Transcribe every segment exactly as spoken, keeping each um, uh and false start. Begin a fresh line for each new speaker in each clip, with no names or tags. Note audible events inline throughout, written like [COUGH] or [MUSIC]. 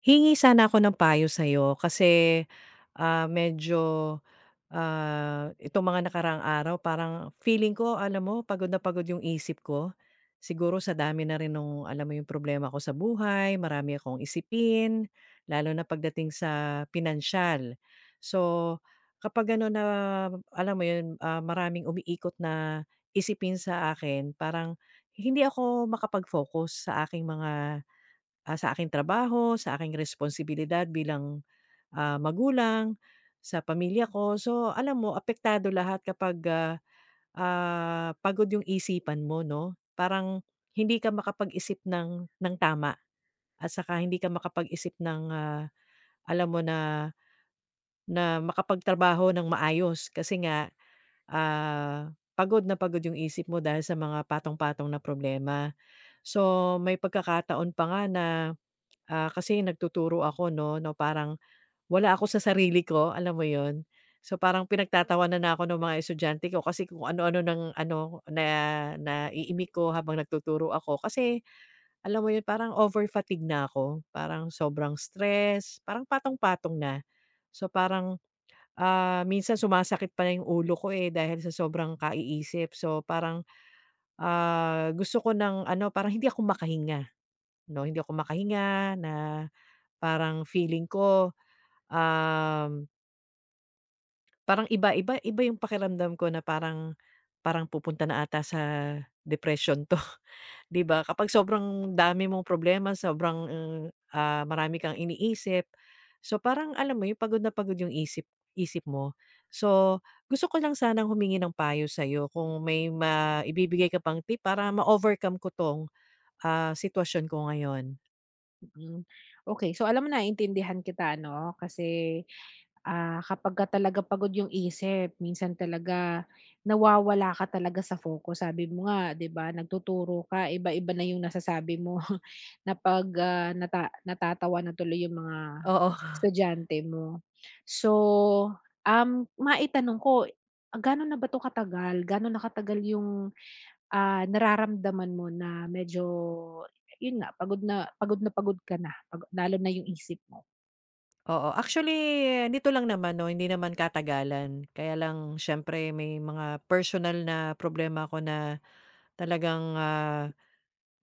Hingi sana ako ng payo sa'yo kasi, ah, medyo, ah, itong mga nakaraang araw parang feeling ko alam mo pagod na pagod yung isip ko. Siguro sa dami na rin nung alam mo yung problema ko sa buhay, marami akong isipin, lalo na pagdating sa pinansyal. So, kapag ano na alam mo yun, ah, maraming umiikot na isipin sa akin parang hindi ako makapag-focus sa aking mga. Ah, sa aking trabaho, sa aking responsibilidad bilang, ah, magulang, sa pamilya ko. So, alam mo apektado lahat kapag, ah, ah, pagod yung isipan mo 'no. Parang hindi ka makapag-isip ng ng tama at saka hindi ka makapag-isip ng, ah, alam mo na na makapagtrabaho ng maayos kasi nga, ah, pagod na pagod yung isip mo dahil sa mga patong-patong na problema. So, may pagkakataon pa nga na. Ah, kasi nagtuturo ako 'no, no parang wala ako sa sarili ko, alam mo yon. So, parang pinagtatawanan na ako ng mga estudyante ko kasi kung ano-ano ng ano na naiimik ko habang nagtuturo ako. Kasi alam mo 'yun, parang over fatigue na ako, parang sobrang stress, parang patong-patong na. So, parang, ah, minsan sumasakit pa na 'yung ulo ko, eh, dahil sa sobrang kaiisip. So, parang, ah, gusto ko ng ano, parang hindi ako makahinga 'no, hindi ako makahinga na. Parang feeling ko, um, parang iba-iba iba yung pakiramdam ko na parang parang pupunta na ata sa depression 'to, [LAUGHS] 'di ba? Kapag sobrang dami mong problema, sobrang, eh, ah, marami kang iniisip. So, parang alam mo yung pagod na pagod yung isip isip mo. So, gusto ko lang sanang humingi ng payo sa'yo kung may maibibigay ka pang tip para ma-overcome ko 'tong, ah, sitwasyon ko ngayon.
Hmm, okey. So, alam mo naiintindihan kita 'no, kasi, ah, kapagka talaga pagod yung isip minsan talaga nawawala ka talaga sa focus. Sabi mo nga 'di ba, nagtuturo ka iba-iba na yung nasasabi mo [LAUGHS] na 'pag, ah, nata natatawa na tuloy yung mga
Oo.
estudyante mo. So, um, maitanong ko, ah, gaano na ba 'to katagal? Gaano na katagal yung Ah, nararamdaman mo na medyo yun nga, pagod na pagod na pagod ka na, pago lalo na yung isip mo,
Oo, actually nito lang naman 'no, hindi naman katagalan. Kaya lang siyempre may mga personal na problema ako na talagang, ah,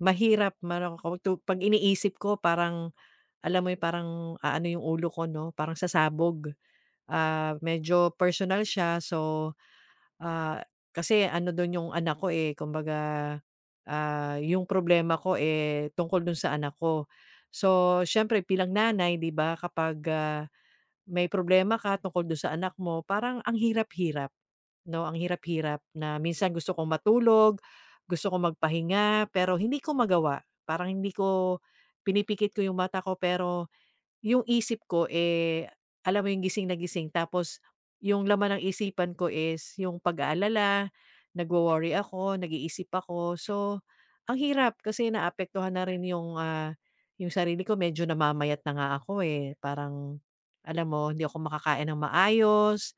mahirap mano ko tu 'pag iniisip ko parang alam mo 'yun, parang aano 'yung ulo ko 'no, parang sasabog. Ah, medyo personal siya, so, ah, kasi ano dun 'yung anak ko, eh, kumbaga, ah, 'yung problema ko, eh, tungkol dun sa anak ko. So siyempre bilang nanay 'di ba kapag, ah, may problema ka tungkol dun sa anak mo, parang ang hirap-hirap, 'no, ang hirap-hirap na minsan gusto kong matulog, gusto kong magpahinga, pero hindi ko magawa. Parang hindi ko pinipikit ko yung mata ko pero yung isip ko, eh, alam mo yung gising na gising tapos yung laman ng isipan ko is yung pag-aalala, nagwo-worry ako, nag-iisip ako. So, ang hirap kasi naapektuhan na rin yung, ah, yung sarili ko medyo namamayat na nga ako, eh. Parang alam mo, hindi ako makakain ng maayos,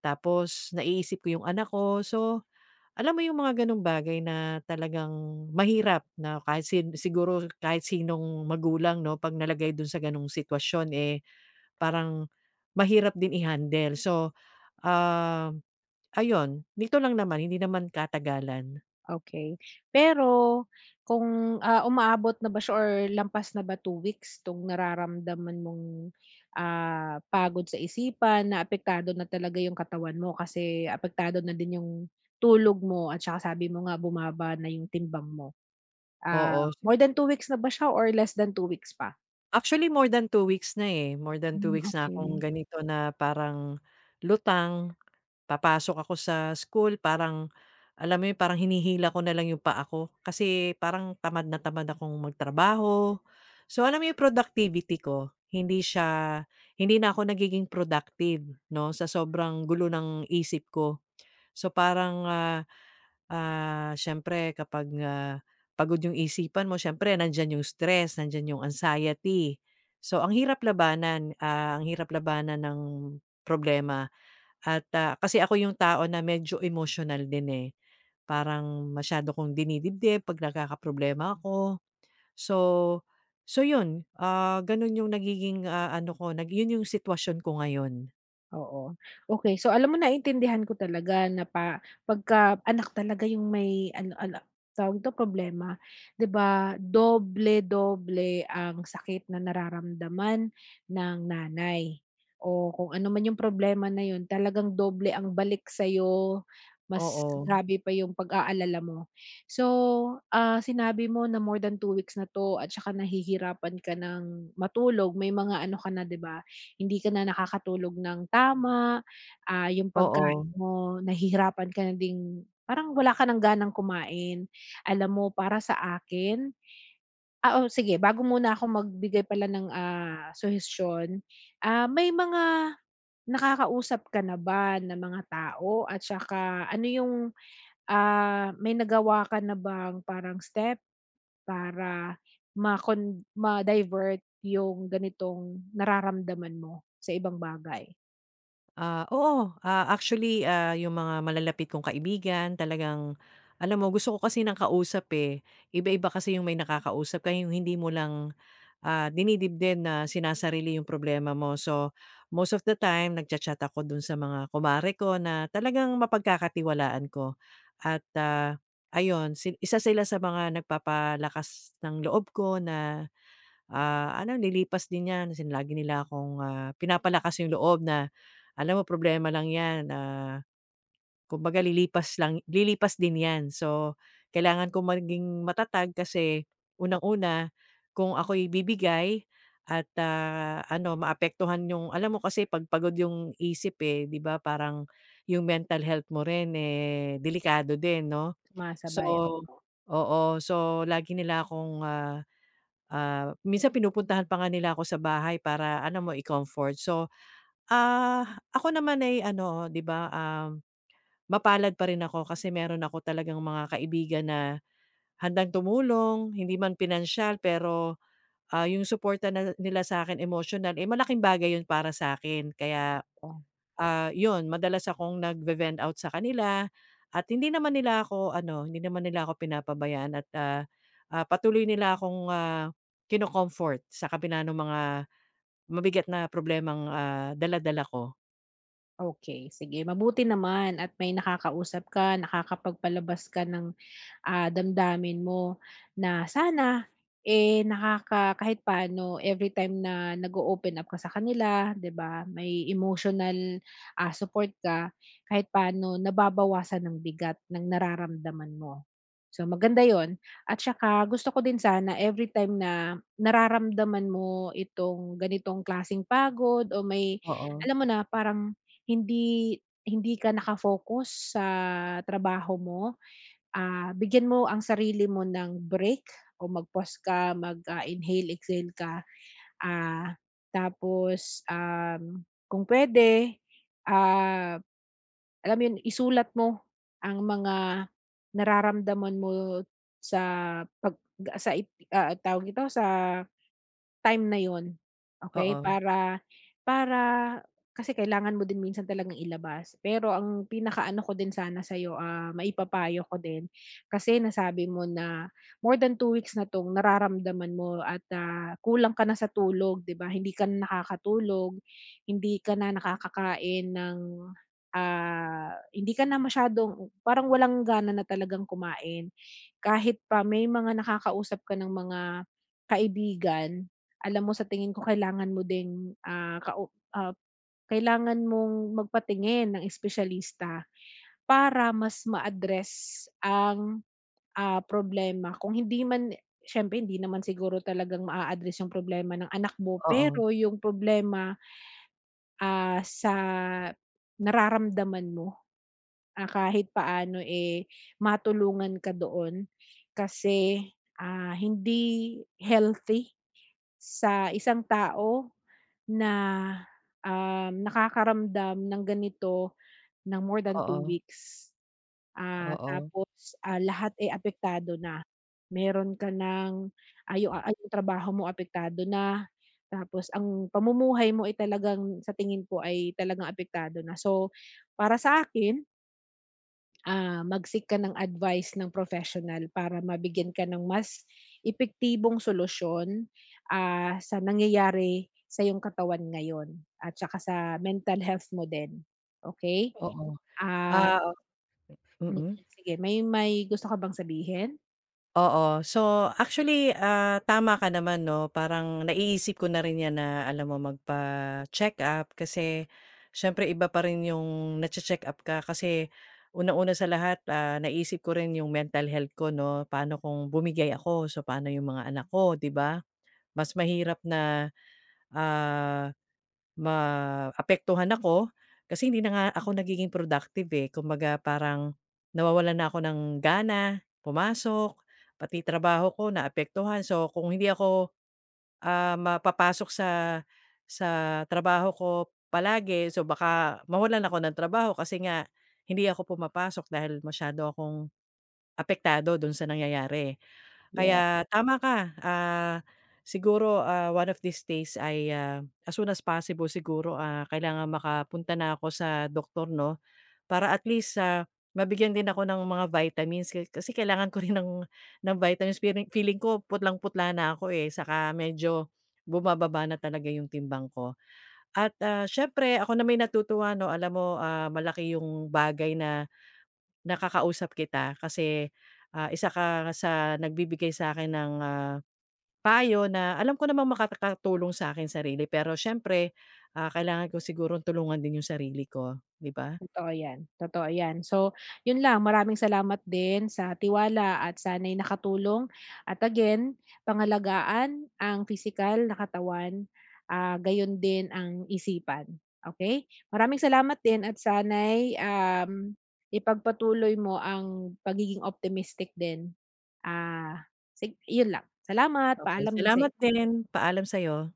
tapos naiisip ko yung anak ko. So, alam mo yung mga gano'ng bagay na talagang mahirap na kahit sin siguro kahit sinong magulang 'no, 'pag nalagay dun sa gano'ng sitwasyon, eh. Parang mahirap din i-handle. So, um, ayun nito lang naman hindi naman katagalan,
okay. Pero kung, ah, umaabot na ba siya or lampas na ba two weeks 'tong nararamdaman mong, ah, pagod sa isipan na apektado na talaga yung katawan mo kasi apektado na din yung tulog mo at saka sabi mo nga bumaba na yung timbang mo. Ah,
oo. Si
More than two weeks na ba siya or less than two weeks pa?
actually more than two weeks na, eh, more than two
Hmm,
weeks na akong
okey.
ganito na parang lutang, papasok ako sa school parang alam mo yun parang hinihila ko na lang yung paa ko kasi parang tamad na tamad akong magtrabaho. So, alam mo yung productivity ko hindi siya hindi na ako nagiging productive 'no, sa sobrang gulo ng isip ko. So, parang, ah, ah, siyempre kapag, ah, pagod yung isipan mo siyempre nandiyan yung stress, nandiyan yung anxiety. So, ang hirap labanan, ah, ang hirap labanan ng problema at, ah, kasi ako yung tao na medyo emotional din, eh. Parang masyado kong dinidibdib 'pag nagkakaproblema ako. So so yun, ah, ganun yung nagiging, ah, ano ko nag yun yung sitwasyon ko ngayon.
Oo. Okay. So, alam mo naintindihan ko talaga na pa pagka anak talaga yung may ano ano, tawag dito, problema, 'di ba, doble-doble ang sakit na nararamdaman ng nanay o kung ano man yung problema na yun talagang doble ang balik sa'yo, mas
Oo,
grabe pa yung pag-aalala mo. So, ah, sinabi mo na more than two weeks na 'to at saka nahihirapan ka ng matulog, may mga ano ka na, 'di ba? Hindi ka na nakakatulog ng tama, ah, yung
oo.
pagkain mo nahihirapan ka na ding parang wala ka ng ganang kumain. Alam mo para sa akin, ah, o sige, bago muna ako magbigay pala ng, ah, suhestiyon, ah, may mga nakakausap ka na ba na mga tao at saka ano yung, ah, may nagawa ka na bang parang step para makon ma-divert yung ganitong nararamdaman mo sa ibang bagay?
Ah, oo, ah, actually, ah, yung mga malalapit kong kaibigan talagang alam mo gusto ko kasi ng kausap, eh. Iba-iba kasi yung may nakakausap ka yung hindi mo lang, ah, dinidibdib na sinasarili yung problema mo. So, most of the time nagchat chat ako dun sa mga kumare ko na talagang mapagkakatiwalaan ko at, ah, ayun si isa sila sa mga nagpapalakas ng loob ko na. Ah, ano nilipas din 'yan as in lagi nila akong, ah, pinapalakas yung loob na, "Alam mo problema lang 'yan, ah, kumbaga lilipas lang lilipas din 'yan." So, kailangan kong maging matatag kasi unang-una kung ako'y bibigay at, ah, ano maapektuhan yung alam mo kasi 'pag pagod yung isip, eh, 'di ba parang yung mental health mo rin, eh, delikado din 'no?
Sumasabay,
So
oo,
oo. So, lagi nila akong, ah, Ah, minsan pinupuntahan pa nga nila ako sa bahay para alam mo i-comfort. So, ah, ako naman ay ano 'di ba, um, mapalad pa rin ako kasi meron ako talagang mga kaibigan na handang tumulong, hindi man pinansyal pero, ah, yung suporta na nila sa akin emosyonal, eh, malaking bagay yun para sa akin kaya
oo.
ah, yun madalas akong nag vent out sa kanila at hindi naman nila ako ano, hindi naman nila ako pinapabayaan at, ah, ah, patuloy nila akong, ah, kino-comfort sa kabila nung mga mabigat na problemang, ah, dala-dala ko.
Okay, sige mabuti naman at may nakakausap ka, nakakapagpalabas ka ng, ah, damdamin mo, na sana, eh, nakaka kahit paano every time na nag-o-open up ka sa kanila 'di ba, may emotional, ah, support ka, kahit paano nababawasan ng bigat ng nararamdaman mo. So maganda yon, at saka gusto ko din sana every time na nararamdaman mo itong ganitong klasing pagod o may
Oo,
alam mo na parang hindi hindi ka naka sa trabaho mo, ah, bigyan mo ang sarili mo ng break o mag-pause ka, mag, ah, inhale, exhale ka. Ah, Tapos, um, kung pwede, ah, alam mo 'yun, isulat mo ang mga nararamdaman mo sa pag sa it ah, tawag dito, sa time na yun, okey?
oo,
Para para kasi kailangan mo din minsan talagang ilabas. Pero ang pinakaano ko din sana sa'yo, ah, maipapayo ko din, kasi nasabi mo na more than two weeks na 'tong nararamdaman mo at, ah, kulang ka na sa tulog, 'di ba? Hindi ka na nakakatulog, hindi ka na nakakakain ng, ah, hindi ka na masyadong parang walang gana na talagang kumain. Kahit pa may mga nakakausap ka ng mga kaibigan, alam mo sa tingin ko kailangan mo ding, ah, kau ah, kailangan mong magpatingin ng espesyalista para mas ma-address ang, ah, problema. Kung hindi man, siyempre hindi naman siguro talagang maa-address yung problema ng anak mo,
oo,
pero yung problema, ah, sa nararamdaman mo, ah, kahit paano, eh, matulungan ka doon. Kasi, ah, hindi healthy sa isang tao na, um, nakakaramdam ng ganito ng more than
oo,
two
oo,
weeks. Ah,
oo.
tapos, ah, lahat ay apektado na. Meron ka ng, ah, yung ah, yung trabaho mo apektado na, tapos ang pamumuhay mo ay talagang sa tingin ko ay talagang apektado na. So, para sa akin, ah, mag-seek ka ng advice ng professional para mabigyan ka ng mas epektibong solusyon, ah, sa nangyayari sa iyong katawan ngayon at saka sa mental health mo din, okay?
Oo.
Ah,
Ah, mm.
mm,
Mm.
Sige, may may gusto ka bang sabihin?
Oo. So, actually, ah, tama ka naman 'no, parang naiisip ko na rin 'yan na alam mo magpa-check-up kasi siyempre iba pa rin yung nache-check-up ka kasi unang-una sa lahat, ah, naisip ko rin yung mental health ko 'no, paano kung bumigay ako, so paano yung mga anak ko, 'di ba? Mas mahirap na, ah, maapektuhan ako kasi hindi na nga ako nagiging productive, eh. Kumbaga parang nawawalan na ako ng gana pumasok, pati trabaho ko naapektuhan. So, kung hindi ako, ah, mapapasok sa sa trabaho ko palagi, so baka mawalan ako ng trabaho kasi nga hindi ako pumapasok dahil masyado akong apektado do'n sa nangyayari.
Yes.
Kaya tama ka, ah, siguro, ah, one of these days ay, ah, as soon as possible siguro, ah, kailangan makapunta na ako sa doktor 'no, para at least, ah, mabigyan din ako ng mga vitamins ka kasi kailangan ko rin ng ng vitamins feeling feeling ko putlang-putla na ako, eh, saka medyo bumababa na talaga yung timbang ko. At, ah, siyempre ako na may natutuwa 'no, alam mo, ah, malaki yung bagay na nakakausap kita kasi, ah, isa ka sa nagbibigay sa akin ng, ah, payo na alam ko namang makakatulong sa aking sarili pero siyempre, ah, kailangan ko sigurong tulungan din yung sarili ko, 'di ba?
Totoo yan, totoo yan. So, yun lang, maraming salamat din sa tiwala at sana'y nakatulong, at again, pangalagaan ang physical na katawan, ah, gayon din ang isipan, okay? Maraming salamat din at sana'y, um, ipagpatuloy mo ang pagiging optimistic din. Ah, sig Yun lang. Salamat,
Okay,
paalam din
salamat
sa
din. Paalam sa'yo.